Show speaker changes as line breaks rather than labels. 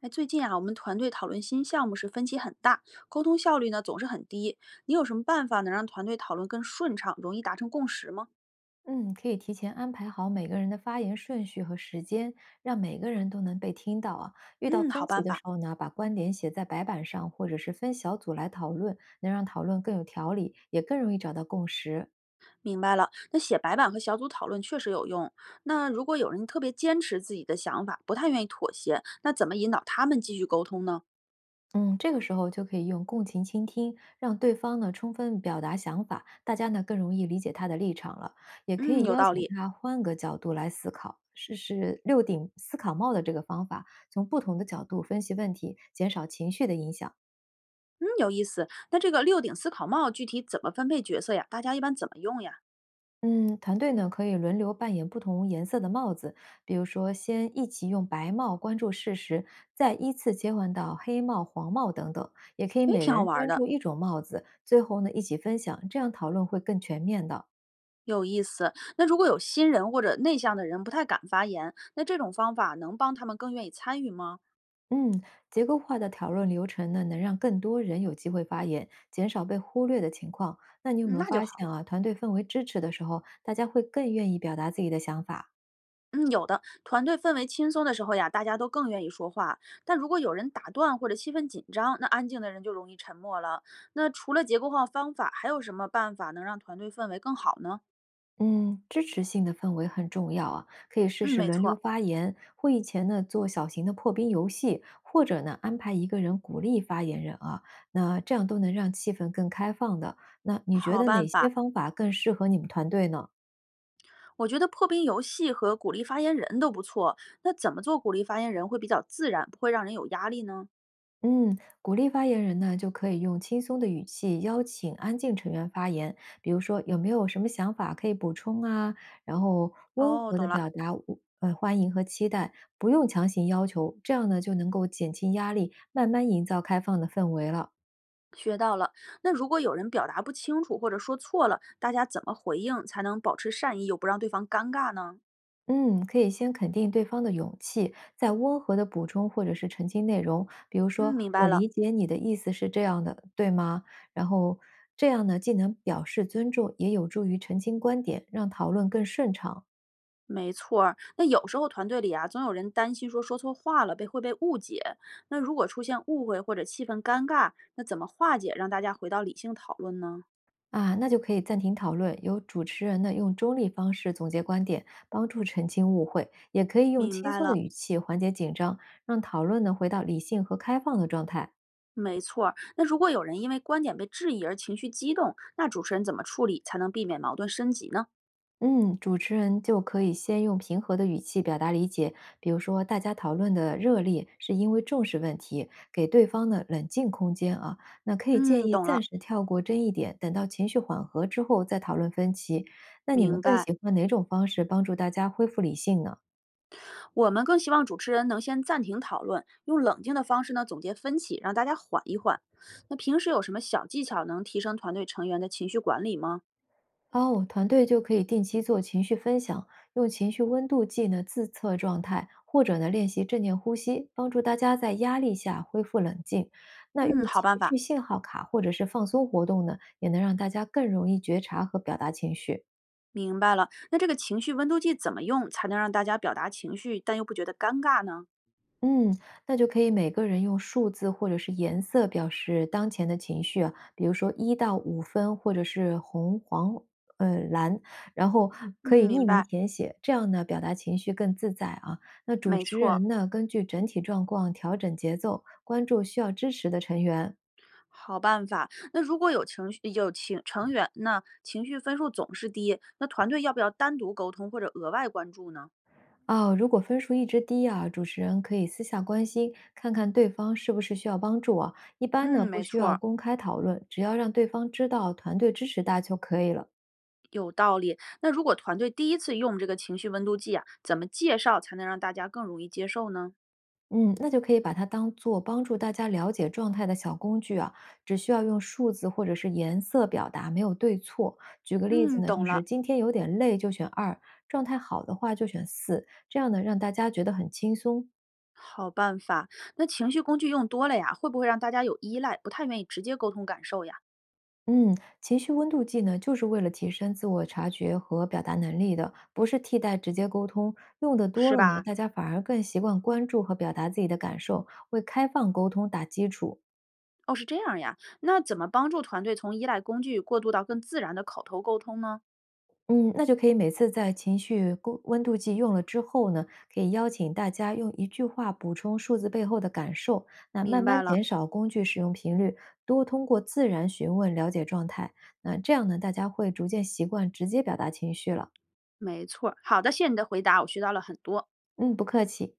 哎，最近啊，我们团队讨论新项目是分歧很大，沟通效率呢总是很低。你有什么办法能让团队讨论更顺畅，容易达成共识吗？
嗯，可以提前安排好每个人的发言顺序和时间，让每个人都能被听到啊。遇到
嗯，好
分歧
办
的时
法，
候呢，把观点写在白板上，或者是分小组来讨论，能让讨论更有条理，也更容易找到共识。
明白了。那写白板和小组讨论确实有用。那如果有人特别坚持自己的想法，不太愿意妥协，那怎么引导他们继续沟通呢？
嗯，这个时候就可以用共情倾听，让对方呢充分表达想法，大家呢更容易理解他的立场了。也可
嗯，
以
有
邀
道
请
理。
他换个角度来思考，试试六顶思考帽的这个方法，从不同的角度分析问题，减少情绪的影响。
嗯，有意思。那这个六顶思考帽具体怎么分配角色呀？大家一般怎么用呀？
嗯，团队呢可以轮流扮演不同颜色的帽子，比如说先一起用白帽关注事实，再依次切换到黑帽、黄帽等等。也可以
诶，
每
挺好
人
玩儿
专
的。
注一种帽子，最后呢一起分享，这样讨论会更全面的。
有意思。那如果有新人或者内向的人不太敢发言，那这种方法能帮他们更愿意参与吗？
嗯，结构化的讨论流程呢，能让更多人有机会发言，减少被忽略的情况。那你有
嗯，
没有
那就
发
好。
现啊，团队氛围支持的时候，大家会更愿意表达自己的想法？
嗯，有的。团队氛围轻松的时候呀，大家都更愿意说话。但如果有人打断或者气氛紧张，那安静的人就容易沉默了。那除了结构化方法，还有什么办法能让团队氛围更好呢？
嗯，支持性的氛围很重要啊，可以试
嗯，
试
没
轮流
错，
发言，会议前呢做小型的破冰游戏，或者呢安排一个人鼓励发言人啊，那这样都能让气氛更开放的。那你觉
好
得哪
办
些
法。
方法更适合你们团队呢？
我觉得破冰游戏和鼓励发言人都不错。那怎么做鼓励发言人会比较自然，不会让人有压力呢？
嗯，鼓励发言人呢，就可以用轻松的语气邀请安静成员发言，比如说有没有什么想法可以补充啊，然后温
哦，
和的
懂了。
表达我欢迎和期待，不用强行要求，这样呢就能够减轻压力，慢慢营造开放的氛围了。
学到了。那如果有人表达不清楚或者说错了，大家怎么回应才能保持善意又不让对方尴尬呢？
嗯，可以先肯定对方的勇气，再温和的补充或者是澄清内容，比如
嗯，
说
明白
“我
了，
理解你的意思是这样的，对吗？”然后这样呢，既能表示尊重，也有助于澄清观点，让讨论更顺畅
没错儿。那有时候团队里啊，总有人担心说说错话了被会被误解。那如果出现误会或者气氛尴尬，那怎么化解，让大家回到理性讨论呢？
啊。那就可以暂停讨论，由主持人呢用中立方式总结观点，帮助澄清误会，也可以用
明
轻
白
松的
了。
语气缓解紧张，让讨论呢回到理性和开放的状态。
没错儿，那如果有人因为观点被质疑而情绪激动，那主持人怎么处理才能避免矛盾升级呢？
嗯，主持人就可以先用平和的语气表达理解，比如说大家讨论的热烈是因为重视问题，给对方呢冷静空间啊。那可以建
嗯，
议
懂
暂
了，
时跳过争议点，等到情绪缓和之后再讨论分歧。那你们
明
更
白。
喜欢哪种方式帮助大家恢复理性呢？
我们更希望主持人能先暂停讨论，用冷静的方式呢总结分歧，让大家缓一缓。那平时有什么小技巧能提升团队成员的情绪管理吗？
哦，团队就可以定期做情绪分享，用情绪温度计呢自测状态，或者呢练习正念呼吸，帮助大家在压力下恢复冷静。那用
嗯，好
情
办法，
绪信号卡或者是放松活动呢，也能让大家更容易觉察和表达情绪。
明白了。那这个情绪温度计怎么用才能让大家表达情绪，但又不觉得尴尬呢？
嗯，那就可以每个人用数字或者是颜色表示当前的情绪啊，比如说1到5分，或者是红、黄、蓝，然后可
嗯，
以
明
匿名
白，
填写，这样呢表达情绪更自在啊。那主
没
持
错，
人呢，根据整体状况调整节奏，关注需要支持的成员。
好办法。那如果有情绪有情成员那情绪分数总是低，那团队要不要单独沟通或者额外关注呢？
哦，如果分数一直低啊，主持人可以私下关心，看看对方是不是需要帮助啊。一
嗯，
般呢，不
没
需要
错
公开讨论，只要让对方知道团队支持大家就可以了。
有道理。那如果团队第一次用这个情绪温度计啊，怎么介绍才能让大家更容易接受呢？
嗯，那就可以把它当做帮助大家了解状态的小工具啊，只需要用数字或者是颜色表达，没有对错。举个例子
嗯，
呢，
懂
就是
了，
今天有点累就选二，状态好的话就选四，这样呢让大家觉得很轻松。
好办法。那情绪工具用多了呀，会不会让大家有依赖，不太愿意直接沟通感受呀？
嗯，情绪温度计呢，就是为了提升自我察觉和表达能力的，不是替代直接沟通。用的多
是
了呢，
吧？
大家反而更习惯关注和表达自己的感受，为开放沟通打基础。
哦，是这样呀。那怎么帮助团队从依赖工具过渡到更自然的口头沟通呢？
嗯，那就可以每次在情绪过温度计用了之后呢，可以邀请大家用一句话补充数字背后的感受，那慢
明
慢
白了，
减少工具使用频率，多通过自然询问了解状态。那这样呢，大家会逐渐习惯直接表达情绪了。
没错儿。好的，谢谢你的回答，我学到了很多。
嗯，不客气。